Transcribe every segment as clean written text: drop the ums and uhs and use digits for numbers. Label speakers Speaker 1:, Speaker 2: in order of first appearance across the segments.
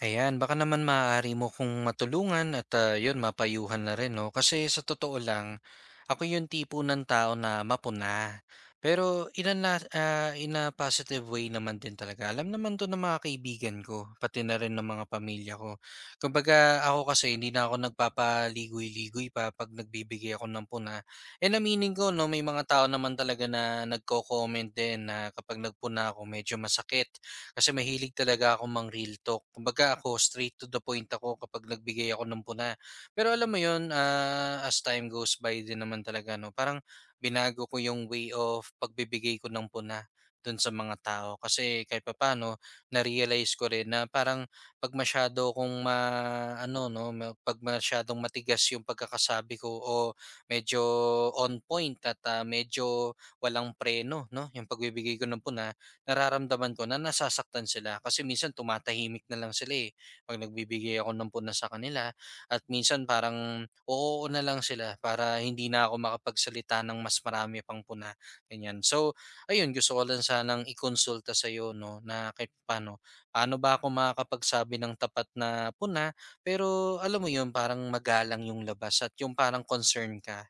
Speaker 1: Ayan, baka naman maaari mo kung matulungan at mapayuhan na rin, no? Kasi sa totoo lang, ako yung tipo ng tao na mapuna. Pero in a positive way naman din talaga. Alam naman to ng mga kaibigan ko, pati na rin ng mga pamilya ko. Kumbaga ako kasi hindi na ako nagpapaligoy-ligoy pa pag nagbibigay ako ng puna. And aminin ko, no, may mga tao naman talaga na nagko-comment din na kapag nagpuna ako medyo masakit kasi mahilig talaga ako mang-real talk. Kumbaga ako, straight to the point ako kapag nagbigay ako ng puna. Pero alam mo yun, as time goes by din naman talaga, no? Parang binago ko yung way of pagbibigay ko ng puna dun sa mga tao. Kasi kahit papaano, na-realize ko rin na parang pag masyado kong ma, ano, no, ma- pag masyadong matigas yung pagkakasabi ko o medyo on point at medyo walang preno, no, yung pagbibigay ko ng puna, nararamdaman ko na nasasaktan sila kasi minsan tumatahimik na lang sila eh. 'Pag nagbibigay ako ng puna sa kanila at minsan parang oo na lang sila para hindi na ako makapagsalita ng mas marami pang puna, ganyan. So, ayun gusto ko lang sanang ikonsulta sa sa'yo 'no na kahit paano, paano ba ako makakapagsabi ng tapat na puna pero alam mo yun parang magalang yung labas at yung parang concern ka.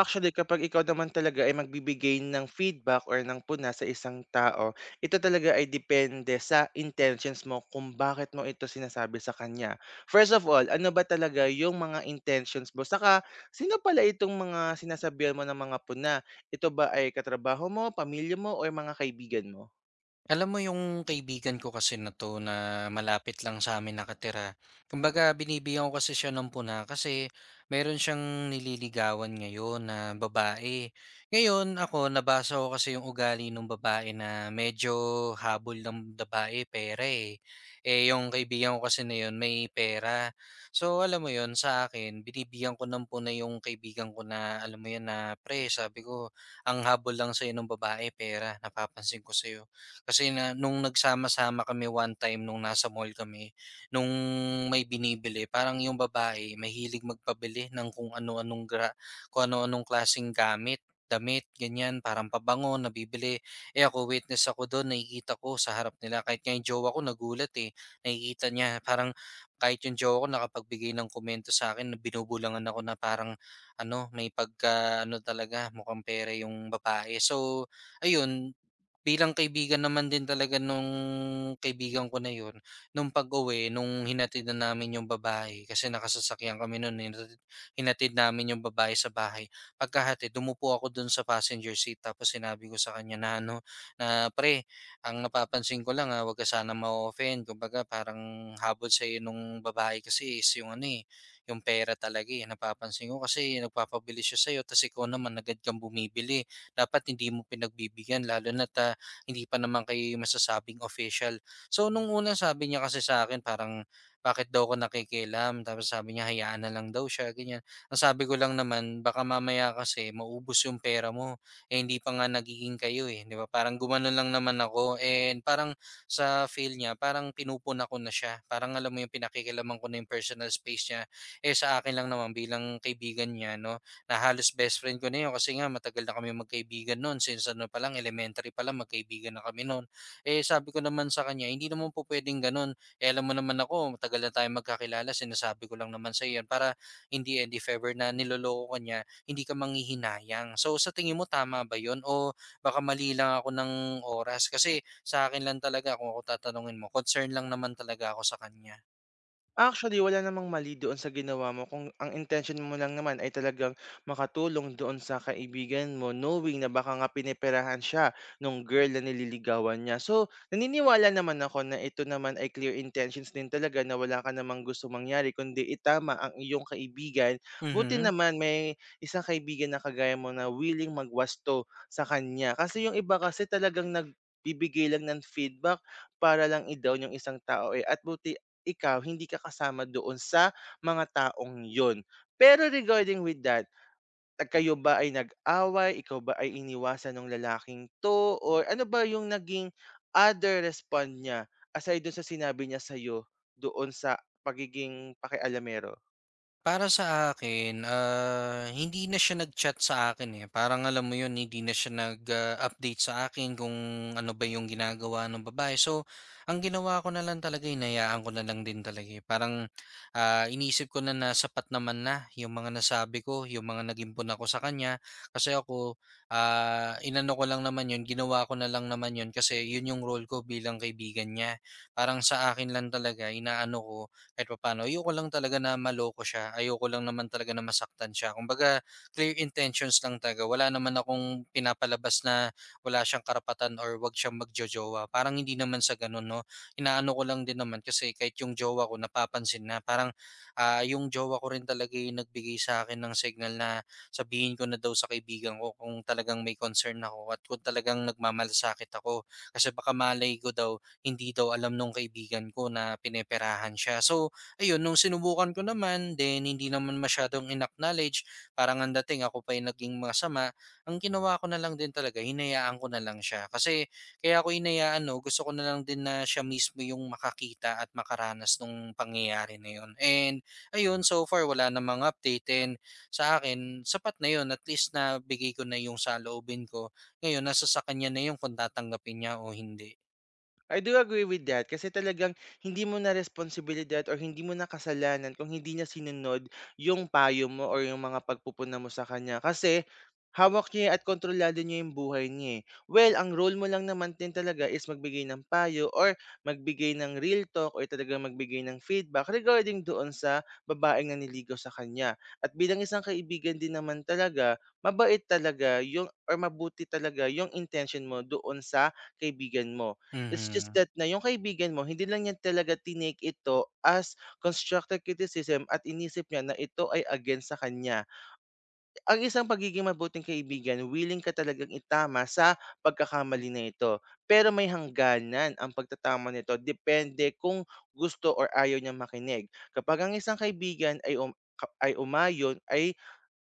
Speaker 2: Actually, kapag ikaw naman talaga ay magbibigay ng feedback or ng puna sa isang tao, ito talaga ay depende sa intentions mo kung bakit mo ito sinasabi sa kanya. First of all, ano ba talaga yung mga intentions mo? Saka, sino pala itong mga sinasabihan mo ng mga puna? Ito ba ay katrabaho mo, pamilya mo, o mga kaibigan mo?
Speaker 1: Alam mo yung kaibigan ko kasi na 'to na malapit lang sa amin nakatira, kumbaga binibigyan ko kasi siya ng puna kasi meron siyang nililigawan ngayon na babae. Ngayon ako nabasa ko kasi yung ugali nung babae na medyo habol ng babae pera, eh. Eh, yung kaibigan ko kasi na yun may pera. So, alam mo yun sa akin binibigyan ko ng puna yung kaibigan ko na alam mo yun na, "Pre sabi ko ang habol lang sa nung babae pera, napapansin ko sa'yo." Kasi na nung nagsama-sama kami one time nung nasa mall kami, nung may binibili parang yung babae mahilig magpabili ng kung ano-anong klaseng gamit, damit, ganyan, parang pabango nabibili. Eh, ako witness ako dun nakikita ko sa harap nila kahit nga yung jowa ko nagulat, eh, nakikita niya parang kahit yung jowa ko nakapagbigay ng komento sa akin na binubulangan ako na parang ano, may pagka-ano talaga mukhang pera yung babae. So ayun, bilang kaibigan naman din talaga nung kaibigan ko na yun, nung pag-uwi nung hinatid na namin yung babae kasi nakasasakyan kami nun, eh, hinatid hinatid namin yung babae sa bahay. Pagkahatid dumupo ako dun sa passenger seat tapos sinabi ko sa kanya na ano, na, "Pre, ang napapansin ko lang, 'wag ka sanang ma-o-offend kumbaga parang habol sa'yo nung babae kasi is yung ano, eh, yung pera talaga, eh. Napapansin ko kasi nagpapabili siya sa'yo ta's ikaw naman agad kang bumibili. Dapat hindi mo pinagbibigyan lalo na hindi pa naman kayo masasabing official. So nung una sabi niya kasi sa akin parang bakit daw ako nakikialam tapos sabi niya hayaan na lang daw siya ganyan. Ang sabi ko lang naman baka mamaya kasi maubos yung pera mo eh hindi pa nga nagiging kayo eh, 'di ba? Parang gumanon lang naman ako and parang sa feel niya parang pinupuna ko na siya. Parang alam mo yung pinakikialaman ko na yung personal space niya eh sa akin lang naman bilang kaibigan niya no na halos best friend ko na 'yun kasi nga matagal na kami magkaibigan noon since ano pa lang elementary pa lang magkaibigan na kami noon. Eh, sabi ko naman sa kanya, "Hindi naman po pwedeng gano'n, eh, alam mo naman ako matagal na tayong magkakilala sinasabi ko lang naman sa'yo 'yan para hindi the end if ever na niloloko ka niya, hindi ka manghihinayang." So, sa tingin mo tama ba 'yun o baka mali lang ako ng oras? Kasi sa akin lang talaga kung ako tatanungin mo concern lang naman talaga ako sa kanya.
Speaker 2: Actually, wala namang mali doon sa ginawa mo kung ang intention mo lang naman ay talagang makatulong doon sa kaibigan mo knowing na baka nga piniperahan siya nung girl na nililigawan niya. So, naniniwala naman ako na ito naman ay clear intentions din talaga na wala ka namang gusto mangyari kundi itama ang iyong kaibigan. Buti
Speaker 1: Mhm.
Speaker 2: naman may isang kaibigan na kagaya mo na willing magwasto sa kanya. Kasi yung iba kasi talagang nagbibigay lang ng feedback para lang i-down yung isang tao, eh. At buti ikaw hindi ka kasama doon sa mga taong yon. Pero regarding with that, kayo ba ay nag-away, ikaw ba ay iniwasan ng lalaking 'to, or ano ba yung naging other respond niya aside dun sa sinabi niya sa'yo doon sa pagiging pakialamero?
Speaker 1: Para sa akin, hindi na siya nag-chat sa akin eh. Parang alam mo yun, hindi na siya nag-update sa akin kung ano ba yung ginagawa ng babae. So, ang ginawa ko na lang talaga, inayaan ko na lang din talaga. Eh. Parang inisip ko na na sapat naman na yung mga nasabi ko, yung mga nag-impon ako sa kanya. Kasi ako, inano ko lang naman yun, ginawa ko na lang naman yun kasi yun yung role ko bilang kaibigan niya. Parang sa akin lang talaga, inaano ko, kahit papaano ayoko lang talaga na maloko siya, ayoko lang naman talaga na masaktan siya. Kumbaga clear intentions lang talaga, wala naman akong pinapalabas na wala siyang karapatan or wag siyang magjojowa. Parang hindi naman sa ganun, no? Inaano ko lang din naman kasi kahit yung jowa ko napapansin na parang yung jowa ko rin talaga yung nagbigay sa akin ng signal na sabihin ko na daw sa kaibigan ko kung talagang may concern ako at kung talagang nagmamalasakit ako kasi baka malay ko daw hindi daw alam nung kaibigan ko na pineperahan siya. So, ayun, nung sinubukan ko naman, then hindi naman masyadong in-acknowledge, parang ang dating ako pa yung naging masama, ang ginawa ko na lang din talaga, hinayaan ko na lang siya. Kasi kaya ako hinayaan, no, gusto ko na lang din na siya mismo yung makakita at makaranas nung pangyayari na yun. And ayun, so far wala namang update and sa akin, sapat na yun, at least na bigay ko na yung saloobin ko. Ngayon, nasa sa kanya na yung kung tatanggapin niya o hindi.
Speaker 2: I do agree with that kasi talagang hindi mo na responsibilidad or hindi mo na kasalanan kung hindi niya sinunod yung payo mo or yung mga pagpupuna mo sa kanya kasi hawak niya at kontrolado niya yung buhay niya, eh. Well, ang role mo lang naman din talaga is magbigay ng payo or magbigay ng real talk or talaga magbigay ng feedback regarding doon sa babaeng na niligaw sa kanya. At bilang isang kaibigan din naman talaga, mabait talaga yung or mabuti talaga yung intention mo doon sa kaibigan mo. It's just
Speaker 1: Mhm.
Speaker 2: that na yung kaibigan mo hindi lang niya talaga tinake ito as constructive criticism at inisip niya na ito ay against sa kanya. Ang isang pagiging mabuting kaibigan, willing ka talagang itama sa pagkakamali na ito. Pero may hangganan ang pagtatama nito, depende kung gusto or ayaw niyang makinig. Kapag ang isang kaibigan ay um ka ay umayon, ay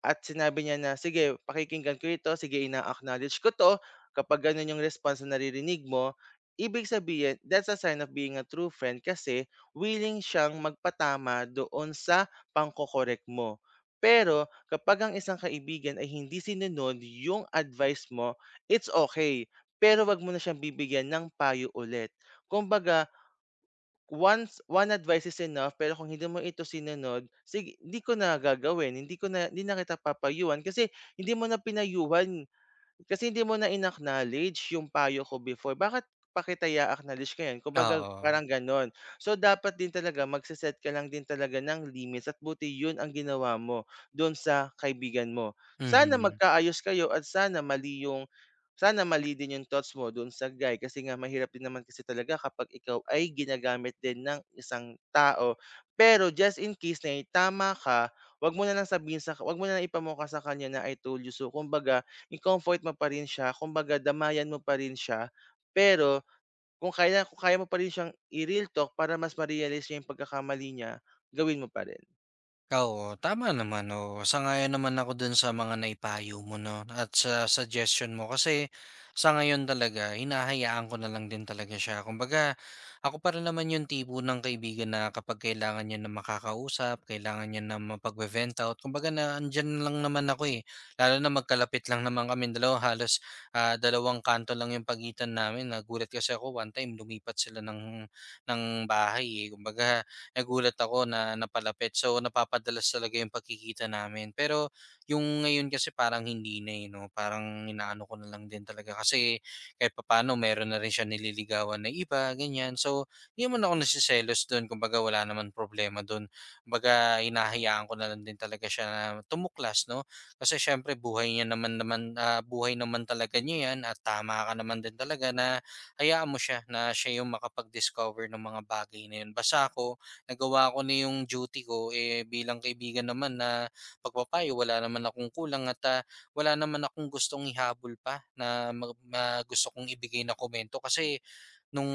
Speaker 2: at sinabi niya na, "Sige, pakikinggan ko ito, sige ina-acknowledge ko 'to." Kapag gano'n yung response na naririnig mo, ibig sabihin that's a sign of being a true friend kasi willing siyang magpatama doon sa pangkokorek mo. Pero kapag ang isang kaibigan ay hindi sinunod yung advice mo, it's okay, pero 'wag mo na siyang bibigyan ng payo ulit. Kumbaga, once one advice is enough pero kung hindi mo ito sinunod, sige hindi ko na gagawin, hindi na kita papayuhan kasi hindi mo na pinayuhan, kasi hindi mo na in-acknowledge yung payo ko before, bakit pa kita i-a-acknowledge ngayon? Kumbaga
Speaker 1: Oo.
Speaker 2: parang gano'n. So, dapat din talaga magse-set ka lang din talaga ng limits, at buti 'yun ang ginawa mo do'n sa kaibigan mo. Sana
Speaker 1: Mhm.
Speaker 2: magkaayos kayo at sana mali din yung thoughts mo do'n sa guy kasi nga mahirap din naman kasi talaga kapag ikaw ay ginagamit din ng isang tao. Pero just in case na tama ka, 'wag mo na lang ipamukha sa kanya na, "I told you so." Kumbaga, i-comfort mo pa rin siya, kumbaga damayan mo pa rin siya, pero kung kaya mo pa rin siyang i-real talk para mas ma-realize niya yung pagkakamali niya, gawin mo pa rin.
Speaker 1: Oo, tama naman, oo. Sangayon naman ako dun sa mga naipayo mo 'no, at sa suggestion mo. Kasi sa ngayon talaga hinahayaan ko na lang din talaga siya. Kumbaga ako para naman yung tipo ng kaibigan na kapag kailangan niya na makakausap, kailangan niya na mapagbe-vent out, kumbaga na andiyan lang naman ako, eh. Lalo na magkalapit lang naman kami dalawa, halos, dalawang kanto lang yung pagitan namin. Nagulat kasi ako one time lumipat sila ng bahay, eh. Kumbaga nagulat ako na napalapit. So, napapadalas talaga yung pagkikita namin. Pero yung ngayon kasi parang hindi na eh, no? Parang inaano ko na lang din talaga. Kasi kahit papano, meron na rin siya nililigawan na iba, ganyan. So, hindi naman ako nasiselos doon. Kumbaga, wala naman problema doon. Kumbaga, hinahayaan ko na lang din talaga siya na tumuklas, no? Kasi syempre buhay niya naman naman buhay naman talaga niya 'yan at tama ka naman din talaga na hayaan mo siya na siya yung makapag-discover ng mga bagay na yun. Basta ako nagawa ko na yung duty ko, eh, bilang kaibigan naman na pagpapayo wala naman akong kulang at, wala naman akong gustong ihabol pa na mag ma gusto kong ibigay na komento kasi nung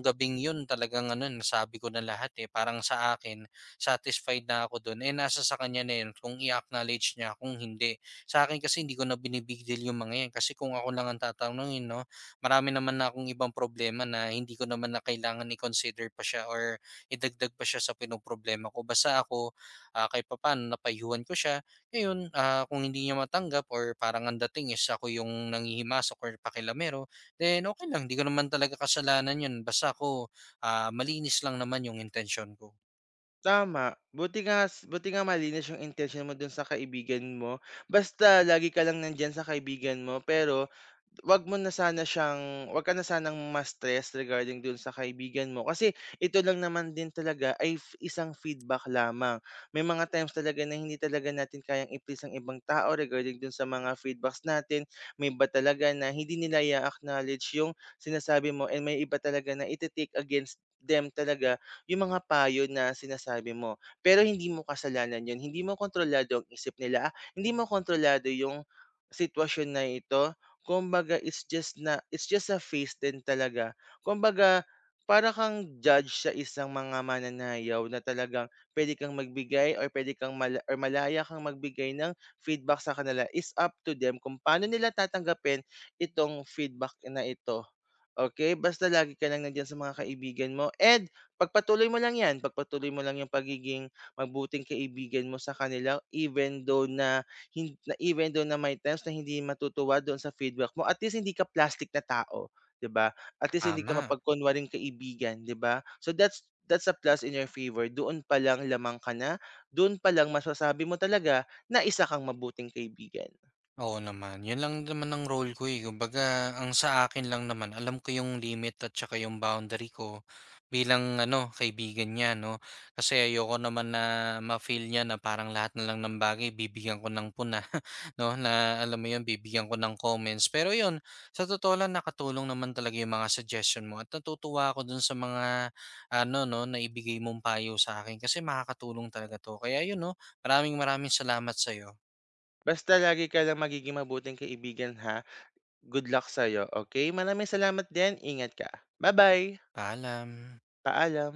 Speaker 1: gabing yun talagang ano, nasabi ko na lahat, eh. Parang sa akin, satisfied na ako dun, eh, nasa sa kanya na yun kung i-acknowledge niya, kung hindi. Sa akin kasi hindi ko na bini deal yung mga yan kasi kung ako lang ang tatanungin 'no, marami naman na akong ibang problema na hindi ko naman na kailangan i-consider pa siya or idagdag pa siya sa pinoproblema ko. Basta ako, kahit papaano napayuhan ko siya. Ngayon, kung hindi niya matanggap or parang ang dating is ako yung nanghihimasok or pakialamero, then okay lang, 'di ko naman talaga kasalanan 'yun basta ako, malinis lang naman 'yung intention ko.
Speaker 2: Tama, buti nga malinis yung intention mo dun sa kaibigan mo, basta lagi ka lang nandiyan sa kaibigan mo. Pero 'wag ka na sanang ma-stress regarding dun sa kaibigan mo kasi ito lang naman din talaga ay isang feedback lamang. May mga times talaga na hindi talaga natin kayang i-please ang ibang tao regarding dun sa mga feedbacks natin. May iba talaga na hindi nila i-a-acknowledge yung sinasabi mo and may iba talaga na ite-take against them talaga yung mga payo na sinasabi mo. Pero hindi mo kasalanan 'yun, hindi mo kontrolado ang isip nila, hindi mo kontrolado yung sitwasyon na ito. Kumbaga it's just a face din talaga. Kumbaga, para kang judge sa isang mga mananayaw na talagang puwede kang magbigay or puwede kang mala or malaya kang magbigay ng feedback sa kanila. Is up to them kung paano nila tatanggapin itong feedback na ito. Okay, basta lagi ka lang nandiyan sa mga kaibigan mo, and pagpatuloy mo lang 'yan, pagpatuloy mo lang 'yung pagiging mabuting kaibigan mo sa kanila even though na Hin na even though na may times na hindi matutuwa doon sa feedback mo, at least hindi ka plastic na tao, 'di ba? At least hindi ka
Speaker 1: Tama.
Speaker 2: mapagkunwaring kaibigan, 'di ba? So that's a plus in your favor, doon pa lang masasabi mo talaga na isa kang mabuting kaibigan.
Speaker 1: Oo naman, 'yun lang naman ang role ko, eh, kumbaga ang sa akin lang naman alam ko 'yung limit at saka 'yung boundary ko bilang ano, kaibigan niya 'no. Kasi ayoko naman na ma-feel niya na parang lahat na lang ng bagay bibigyan ko ng puna. 'No, na alam mo 'yun, bibigyan ko ng comments. Pero 'yun, sa totoo lang nakatulong naman talaga 'yung mga suggestion mo at natutuwa ako dun sa mga ano 'no, na ibigay mong payo sa akin kasi makakatulong talaga 'to. Kaya 'yun 'no, maraming maraming salamat sa'yo.
Speaker 2: Basta lagi ka lang magiging mabuting kaibigan, ha, good luck sa'yo, okay. Maraming salamat din, ingat ka. Bye bye
Speaker 1: Paalam.
Speaker 2: paalam.